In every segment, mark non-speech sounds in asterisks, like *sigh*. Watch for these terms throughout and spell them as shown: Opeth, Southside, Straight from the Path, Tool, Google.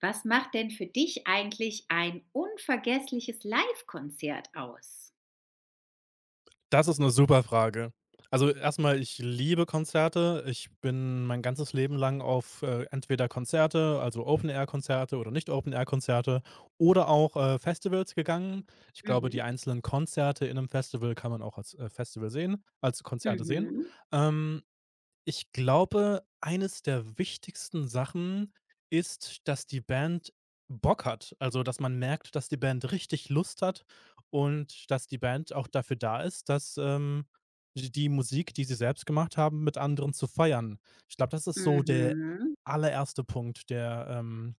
Was macht denn für dich eigentlich ein unvergessliches Livekonzert aus? Das ist eine super Frage. Also, erstmal, ich liebe Konzerte. Ich bin mein ganzes Leben lang auf, entweder Konzerte, also Open-Air-Konzerte oder Nicht-Open-Air-Konzerte oder auch, Festivals gegangen. Ich glaube, die Mhm, einzelnen Konzerte in einem Festival kann man auch als, Festival sehen als Konzerte sehen. mhm, Ähm, ich glaube, eines der wichtigsten Sachen ist, dass die Band Bock hat. Also, dass man merkt, dass die Band richtig Lust hat und dass die Band auch dafür da ist, dass, d die Musik, die sie selbst gemacht haben, mit anderen zu feiern. Ich glaube, das ist so der mhm. allererste Punkt, der,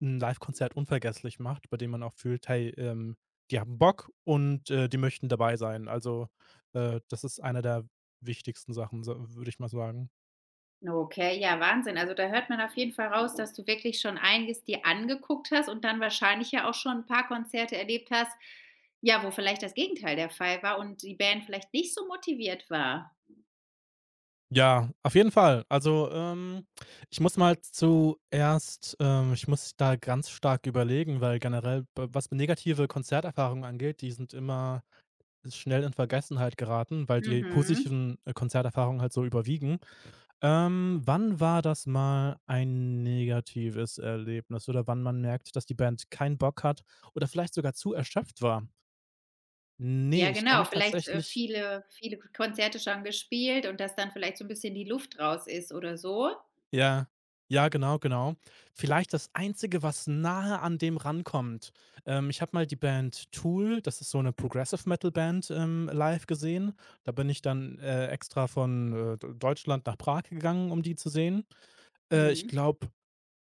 'n Livekonzert unvergesslich macht, bei dem man auch fühlt: „Hey, die haben Bock und, die möchten dabei sein." Also, das ist einer der wichtigsten Sachen, sa würde ich mal sagen. Okay, ja, Wahnsinn. Also, da hört man auf jeden Fall raus, dass du wirklich schon einiges dir angeguckt hast und dann wahrscheinlich ja auch schon ein paar Konzerte erlebt hast, ja, wo vielleicht das Gegenteil der Fall war und die Band vielleicht nicht so motiviert war. Ja, auf jeden Fall. Also, ich muss mal zuerst, ich muss da ganz stark überlegen, weil generell, b was negative Konzerterfahrungen angeht, die sind immer schnell in Vergessenheit geraten, weil die Mhm. positiven, Konzerterfahrungen halt so überwiegen. Wann war das mal ein negatives Erlebnis oder wann man merkt, dass die Band keinen Bock hat oder vielleicht sogar zu erschöpft war? Ne, Ja, ich kann genau, mich vielleicht, tatsächlich. viele Konzerte schon gespielt und dass dann vielleicht so ein bisschen die Luft raus ist oder so? Ja. Ja, genau, genau. Vielleicht das Einzige, was nahe an dem rankommt. Ich habe mal die Band Tool, das ist so eine Progressive Metal Band, live gesehen. Da bin ich dann, extra von, D Deutschland nach Prag gegangen, um die zu sehen. Ich Mhm, glaube,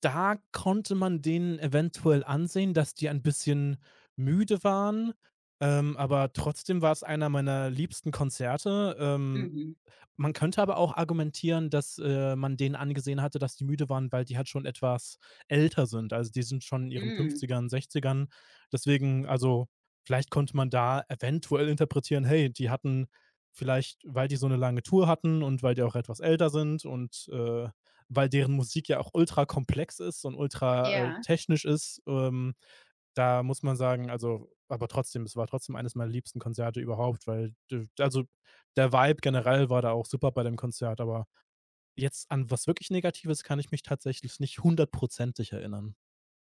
da konnte man denen eventuell ansehen, dass die ein bisschen müde waren, aber trotzdem war es einer meiner liebsten Konzerte. Mhm, Man könnte aber auch argumentieren, dass, man denen angesehen hatte, dass die müde waren, weil die halt schon etwas älter sind. Also, die sind schon in ihren mhm. Fünfzigern, Sechzigern. Deswegen also, vielleicht konnte man da eventuell interpretieren: „Hey, die hatten vielleicht, weil die so eine lange Tour hatten und weil die auch etwas älter sind und, weil deren Musik ja auch ultra komplex ist und ultra, Ja, technisch ist, da muss man sagen, also aber trotzdem, es war trotzdem eines meiner liebsten Konzerte überhaupt, weil d also der Vibe generell war da auch super bei dem Konzert, aber jetzt an was wirklich Negatives kann ich mich tatsächlich nicht hundertprozentig erinnern.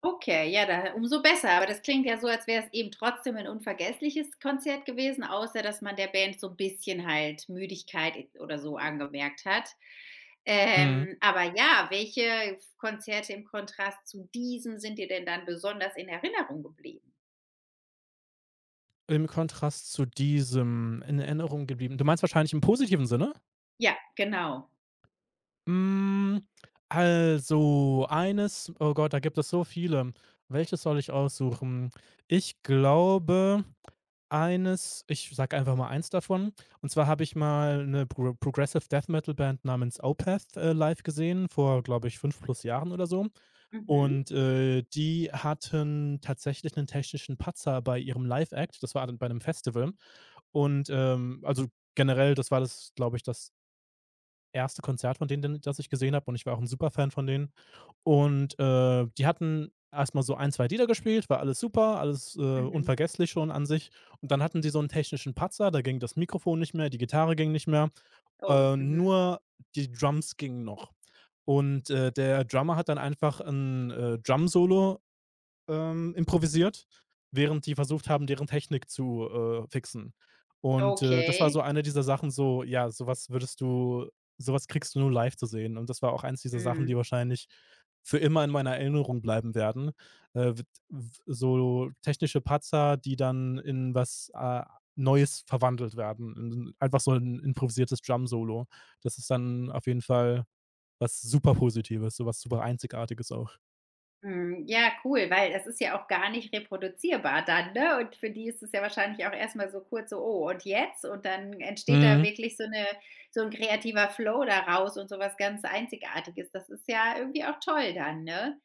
okay, ja, da umso besser. Aber das klingt ja so, als wäre es eben trotzdem ein unvergessliches Konzert gewesen, außer dass man der Band so 'n bisschen halt Müdigkeit e oder so angemerkt hat. Mhm. Aber ja, welche Konzerte im Kontrast zu diesem sind dir denn dann besonders in Erinnerung geblieben? Im Kontrast zu diesem in Erinnerung geblieben, du meinst wahrscheinlich im positiven Sinne? Ja, genau. Hm, also eines, oh Gott, da gibt es so viele. Welches soll ich aussuchen? Ich glaube, eines, ich sage einfach mal eins davon. Und zwar habe ich mal eine Progressive Death Metal Band namens Opeth, live gesehen vor, glaube ich, 5+ Jahren oder so. Mhm, Und, die hatten tatsächlich einen technischen Patzer bei ihrem Live-Act. Das war dann bei einem Festival. Und, also generell, das war das, glaube ich, das erste Konzert von denen, den das ich gesehen habe, und ich war auch 'n Superfan von denen. Und, die hatten erst mal so ein, 2 Lieder gespielt, war alles super, alles, mhm. unvergesslich schon an sich. Und dann hatten die so einen technischen Patzer, da ging das Mikrofon nicht mehr, die Gitarre ging nicht mehr, Oh, mhm. nur die Drums gingen noch. Und, der Drummer hat dann einfach ein Drum-Solo improvisiert, während die versucht haben, deren Technik zu, fixen. Und, das war so Okay. eine dieser Sachen, so, ja, sowas kriegst du nur live zu sehen. Und das war auch eins dieser Sachen, Mhm. die wahrscheinlich für immer in meiner Erinnerung bleiben werden. W w so technische Patzer, die dann in was, Neues verwandelt werden, in einfach so ein improvisiertes Drum Solo. Das ist dann auf jeden Fall was super Positives, sowas super Einzigartiges auch. Mhm, ja, cool, weil das ist ja auch gar nicht reproduzierbar dann, ne? Und für die ist es ja wahrscheinlich auch erstmal so kurz so: „Oh, und jetzt?“ Und dann entsteht da Mhm. wirklich so eine so ein kreativer Flow daraus und sowas ganz Einzigartiges. Das ist ja irgendwie auch toll dann, ne?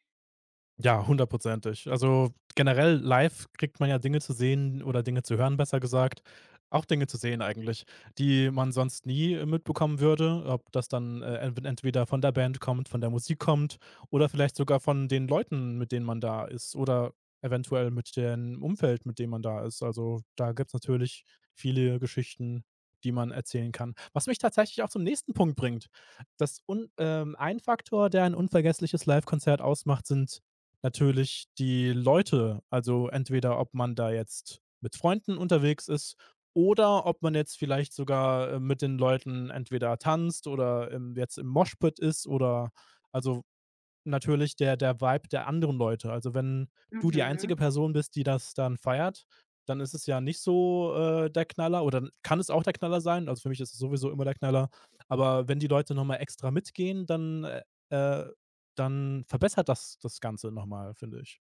Ja, hundertprozentig. Also, generell live kriegt man ja Dinge zu sehen oder Dinge zu hören, besser gesagt. Auch Dinge zu sehen eigentlich, die man sonst nie, mitbekommen würde, ob das dann, entw entweder von der Band kommt, von der Musik kommt oder vielleicht sogar von den Leuten, mit denen man da ist oder eventuell mit dem Umfeld, mit dem man da ist. Also, da gibt's natürlich viele Geschichten, die man erzählen kann. Was mich tatsächlich auch zum nächsten Punkt bringt. Das un ein Faktor, der ein unvergessliches Livekonzert ausmacht, sind natürlich die Leute, also entweder ob man da jetzt mit Freunden unterwegs ist oder ob man jetzt vielleicht sogar, mit den Leuten entweder tanzt oder, jetzt im Moshpit ist oder also natürlich der der Vibe der anderen Leute. Also, wenn du die einzige Mhm. Person bist, die das dann feiert, dann ist es ja nicht so, der Knaller oder kann es auch der Knaller sein. Also, für mich ist es sowieso immer der Knaller. Aber wenn die Leute noch mal extra mitgehen, dann, äh dann verbessert das das Ganze noch mal, finde ich.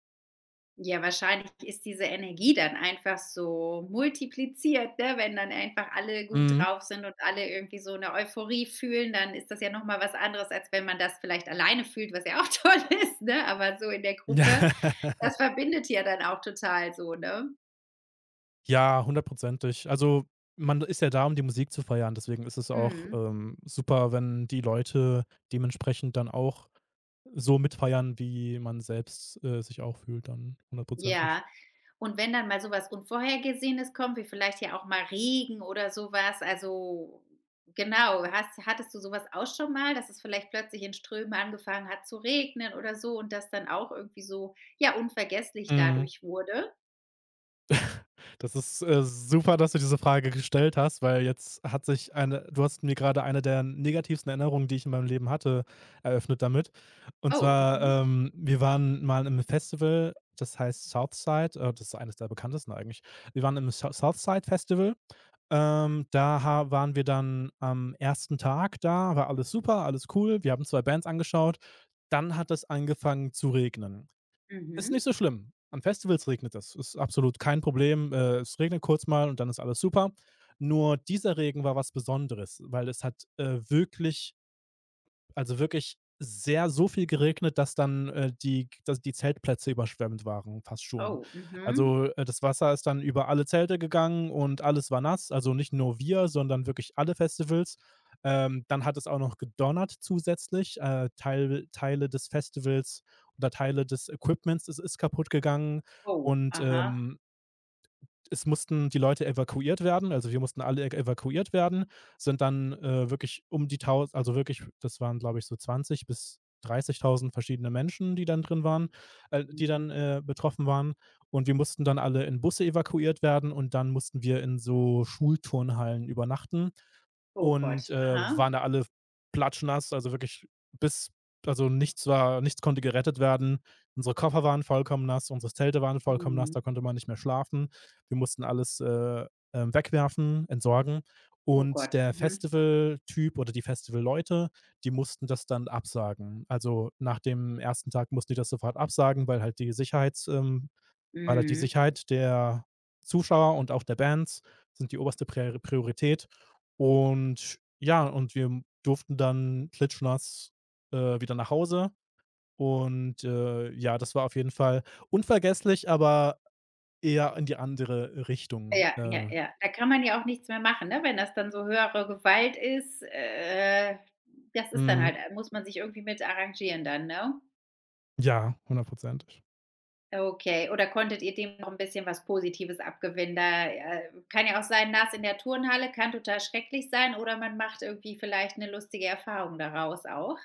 Ja, wahrscheinlich ist diese Energie dann einfach so multipliziert, ne? Wenn dann einfach alle gut Mhm. drauf sind und alle irgendwie so eine Euphorie fühlen, dann ist das ja noch mal was anderes, als wenn man das vielleicht alleine fühlt, was ja auch *laughs* toll ist, ne? Aber so in der Gruppe, das *laughs* Ja. verbindet ja dann auch total so, ne? Ja, hundertprozentig. Also, man ist ja da, um die Musik zu feiern. Deswegen ist es auch, Mhm. Super, wenn die Leute dementsprechend dann auch so mitfeiern, wie man selbst, sich auch fühlt, dann hundertprozentig. Ja. Und wenn dann mal so was Unvorhergesehenes kommt, wie vielleicht ja auch mal Regen oder so was, also genau, hast hattest du sowas auch schon mal, dass es vielleicht plötzlich in Strömen angefangen hat zu regnen oder so und das dann auch irgendwie so, ja, unvergesslich Mhm. dadurch wurde? Das ist, super, dass du diese Frage gestellt hast, weil jetzt hat sich eine du hast mir gerade eine der negativsten Erinnerungen, die ich in meinem Leben hatte, eröffnet damit. Und Oh, zwar, mhm, wir waren mal im Festival, das heißt Southside, das ist eines der bekanntesten eigentlich. Wir waren im Southside-Festival. Da ha waren wir dann am ersten Tag da, war alles super, alles cool. Wir haben 2 Bands angeschaut. Dann hat es angefangen zu regnen. Ist mhm, nicht so schlimm. An Festivals regnet es, ist absolut kein Problem. Es regnet kurz mal und dann ist alles super. Nur dieser Regen war was Besonderes, weil es hat, wirklich also wirklich sehr so viel geregnet, dass dann, die dass die Zeltplätze überschwemmt waren, fast schon. oh, mhm, Also, das Wasser ist dann über alle Zelte gegangen und alles war nass, also nicht nur wir, sondern wirklich alle Festivals. Dann hat es auch noch gedonnert zusätzlich. Teile des Festivals oder Teile des Equipments ist kaputt gegangen oh, und, aha, es mussten die Leute evakuiert werden, also wir mussten alle evakuiert werden, sind dann wirklich um die 1000, also wirklich, das waren glaube ich so 20 bis 30.000 verschiedene Menschen, die dann drin waren, die mhm, dann betroffen waren. Und wir mussten dann alle in Busse evakuiert werden und dann mussten wir in so Schulturnhallen übernachten oh und, Gott, aha, waren da alle platschnass, also wirklich bis also nichts konnte gerettet werden. Unsere Koffer waren vollkommen nass, unsere Zelte waren vollkommen nass, mhm, da konnte man nicht mehr schlafen. Wir mussten alles, wegwerfen, entsorgen oh und Gott, der mhm, Festival Typ oder die Festival Leute die mussten das dann absagen. Also, nach dem ersten Tag mussten die das sofort absagen, weil halt die mhm. Sicherheit der Zuschauer und auch der Bands sind die oberste Priorität. Und ja, und wir durften dann klitschnass, wieder nach Hause. Und, ja, das war auf jeden Fall unvergesslich, aber eher in die andere Richtung. Ja, ja, ja. Da kann man ja auch nichts mehr machen, ne? Wenn das dann so höhere Gewalt ist, das ist dann Mhm. halt muss man sich irgendwie mit arrangieren dann, ne? Ja, hundertprozentig. Okay. Oder konntet ihr dem noch ein bisschen was Positives abgewinnen? Da, kann ja auch sein, nass in der Turnhalle kann total schrecklich sein oder man macht irgendwie vielleicht eine lustige Erfahrung daraus auch.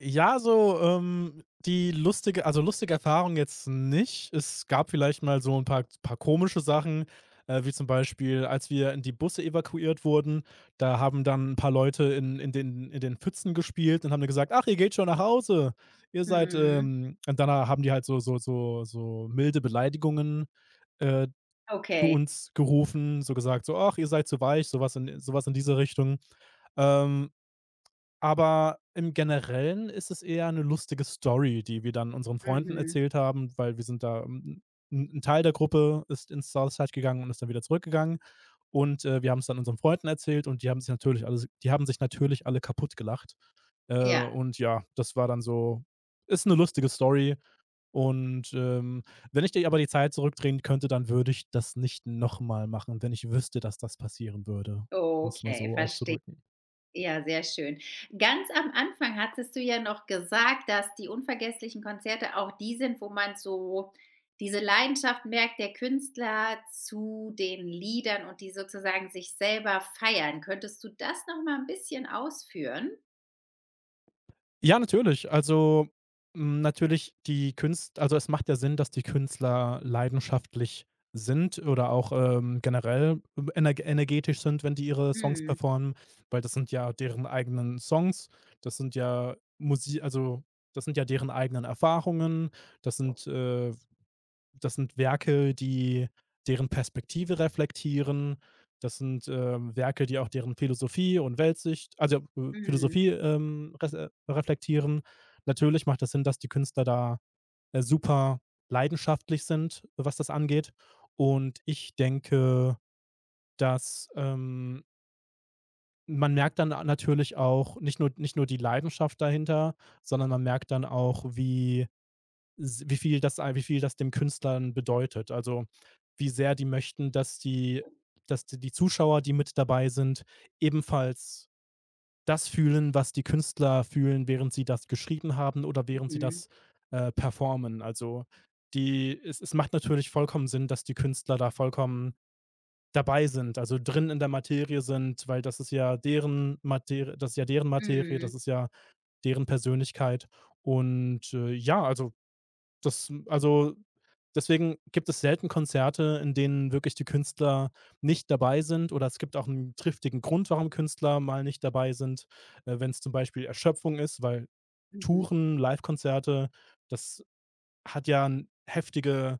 Ja, so, lustige Erfahrung jetzt nicht. Es gab vielleicht mal so ein paar komische Sachen, wie zum Beispiel, als wir in die Busse evakuiert wurden, da haben dann ein paar Leute in den Pfützen gespielt und haben dann gesagt: „Ach, ihr geht schon nach Hause. Ihr seid, Mhm. Und dann haben die halt so milde Beleidigungen, äh, zu Okay. uns gerufen, so gesagt, so: „Ach, ihr seid zu weich", sowas in diese Richtung. Ähm aber im Generellen ist es eher eine lustige Story, die wir dann unseren Freunden Mhm. erzählt haben, weil wir sind da 'n Teil der Gruppe ist ins Southside gegangen und ist dann wieder zurückgegangen. Und, wir haben's dann unseren Freunden erzählt und die haben sich natürlich alle kaputtgelacht. Äh, Ja, und ja, das war dann so, ist 'ne lustige Story und, wenn ich dir aber die Zeit zurückdrehen könnte, dann würde ich das nicht noch mal machen, wenn ich wüsste, dass das passieren würde, um's mal okay, so verstehe. auszudrücken. Ja, sehr schön. Ganz am Anfang hattest du ja noch gesagt, dass die unvergesslichen Konzerte auch die sind, wo man so diese Leidenschaft merkt, der Künstler zu den Liedern und die sozusagen sich selber feiern. Könntest du das noch mal ein bisschen ausführen? Ja, natürlich. Also, natürlich die Künst also, es macht ja Sinn, dass die Künstler leidenschaftlich sind oder auch, generell energetisch sind, wenn die ihre Songs Mhm. performen, weil das sind ja deren eigenen Songs. Das sind ja Musik. Also, das sind ja deren eigenen Erfahrungen. Das sind, äh das sind Werke, die deren Perspektive reflektieren. Das sind, Werke, die auch deren Philosophie und Weltsicht also, Mhm. Philosophie, res reflektieren. Natürlich macht das Sinn, dass die Künstler da, super leidenschaftlich sind, was das angeht. Und ich denke, dass, man merkt dann natürlich auch nicht nur die Leidenschaft dahinter, sondern man merkt dann auch, wie s wie viel das ei wie viel das dem Künstlern bedeutet. Also, wie sehr die möchten, dass die Zuschauer, die mit dabei sind, ebenfalls das fühlen, was die Künstler fühlen, während sie das geschrieben haben oder während sie Mhm. Performen. Also, die es es macht natürlich vollkommen Sinn, dass die Künstler da vollkommen dabei sind, also drin in der Materie sind, weil das ist ja deren Materie, Mhm. das ist ja deren Persönlichkeit. Und, ja, also das also deswegen gibt es selten Konzerte, in denen wirklich die Künstler nicht dabei sind, oder es gibt auch einen triftigen Grund, warum Künstler mal nicht dabei sind, wenn es zum Beispiel Erschöpfung ist, weil Mhm. Touren, Livekonzerte, das hat ja 'n heftige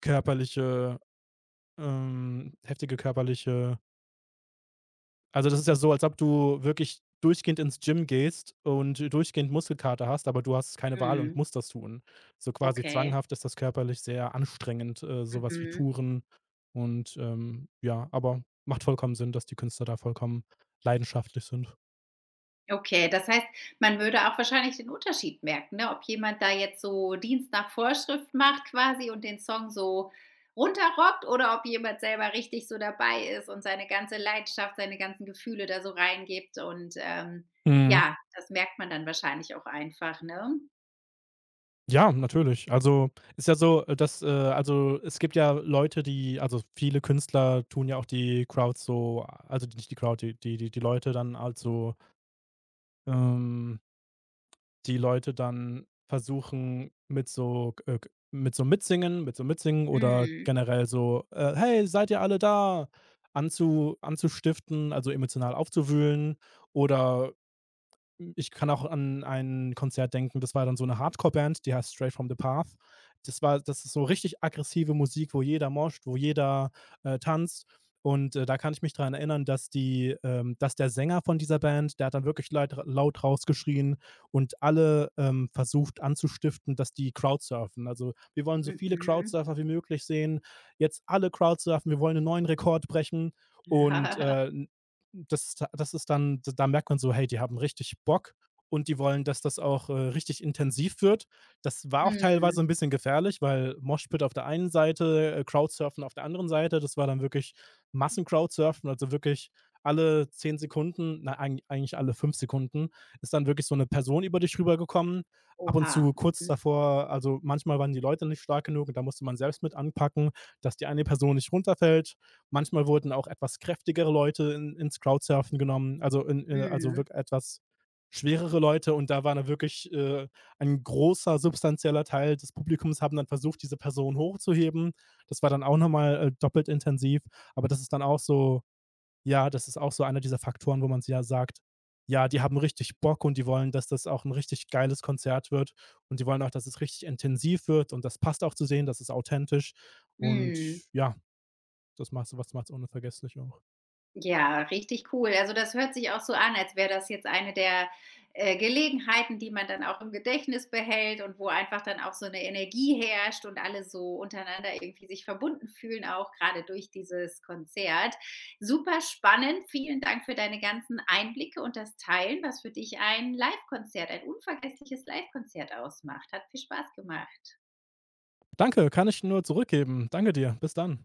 körperliche ähm, heftige körperliche also, das ist ja so, als ob du wirklich durchgehend ins Gym gehst und durchgehend Muskelkater hast, aber du hast keine Wahl und Mhm. musst das tun. So quasi Okay. zwanghaft ist das körperlich sehr anstrengend, so wie Mhm. Touren. Und, ja, aber macht vollkommen Sinn, dass die Künstler da vollkommen leidenschaftlich sind. Okay, das heißt, man würde auch wahrscheinlich den Unterschied merken, ne? Ob jemand da jetzt so Dienst nach Vorschrift macht quasi und den Song so runterrockt oder ob jemand selber richtig so dabei ist und seine ganze Leidenschaft, seine ganzen Gefühle da so reingibt und, Mhm. ja, das merkt man dann wahrscheinlich auch einfach, ne? Ja, natürlich. Also, ist ja so, dass also, es gibt ja Leute, die, also, viele Künstler tun ja auch die Crowds so, also, nicht die Crowd, die Leute dann, also, ähm, die Leute dann versuchen mit so Mitsingen oder Mhm. generell so, „Hey, seid ihr alle da?“ anzustiften, also emotional aufzuwühlen, oder ich kann auch an ein Konzert denken, das war dann so eine Hardcore-Band, die heißt Straight from the Path. Das ist so richtig aggressive Musik, wo jeder moscht, wo jeder, tanzt. Und, da kann ich mich daran erinnern, dass die dass der Sänger von dieser Band, der hat dann wirklich leit laut rausgeschrien und alle, versucht anzustiften, dass die Crowdsurfen. Also: „Wir wollen so viele Mhm. Crowdsurfer wie möglich sehen. Jetzt alle Crowdsurfen. Wir wollen einen neuen Rekord brechen.“ Und, *laughs* das ist dann, da merkt man so, hey, die haben richtig Bock und die wollen, dass das auch, richtig intensiv wird. Das war auch Mhm. teilweise ein bisschen gefährlich, weil Moshpit auf der einen Seite, Crowdsurfen auf der anderen Seite. Das war dann wirklich Massen-Crowdsurfen, also wirklich alle 10 Sekunden, na, eigentlich alle 5 Sekunden ist dann wirklich so eine Person über dich rübergekommen. Ab und zu Oha. kurz Mhm. davor, also manchmal waren die Leute nicht stark genug und da musste man selbst mit anpacken, dass die eine Person nicht runterfällt. Manchmal wurden auch etwas kräftigere Leute in ins Crowdsurfen genommen, also in also Mhm. wirklich etwas schwerere Leute und da war dann wirklich, ein großer substanzieller Teil des Publikums haben dann versucht, diese Person hochzuheben. Das war dann auch noch mal, doppelt intensiv, aber das ist dann auch so, ja, das ist auch so einer dieser Faktoren, wo man s ja sagt: „Ja, die haben richtig Bock und die wollen, dass das auch ein richtig geiles Konzert wird und die wollen auch, dass es richtig intensiv wird und das passt auch zu sehen, das ist authentisch.“ Und Mhm. ja, das macht so was macht's unvergesslich auch. Ja, richtig cool. Also, das hört sich auch so an, als wäre das jetzt eine der, Gelegenheiten, die man dann auch im Gedächtnis behält und wo einfach dann auch so eine Energie herrscht und alle so untereinander irgendwie sich verbunden fühlen, auch gerade durch dieses Konzert. Super spannend. Vielen Dank für deine ganzen Einblicke und das Teilen, was für dich ein Live-Konzert, ein unvergessliches Live-Konzert ausmacht. Hat viel Spaß gemacht. Danke, kann ich nur zurückgeben. Danke dir. Bis dann.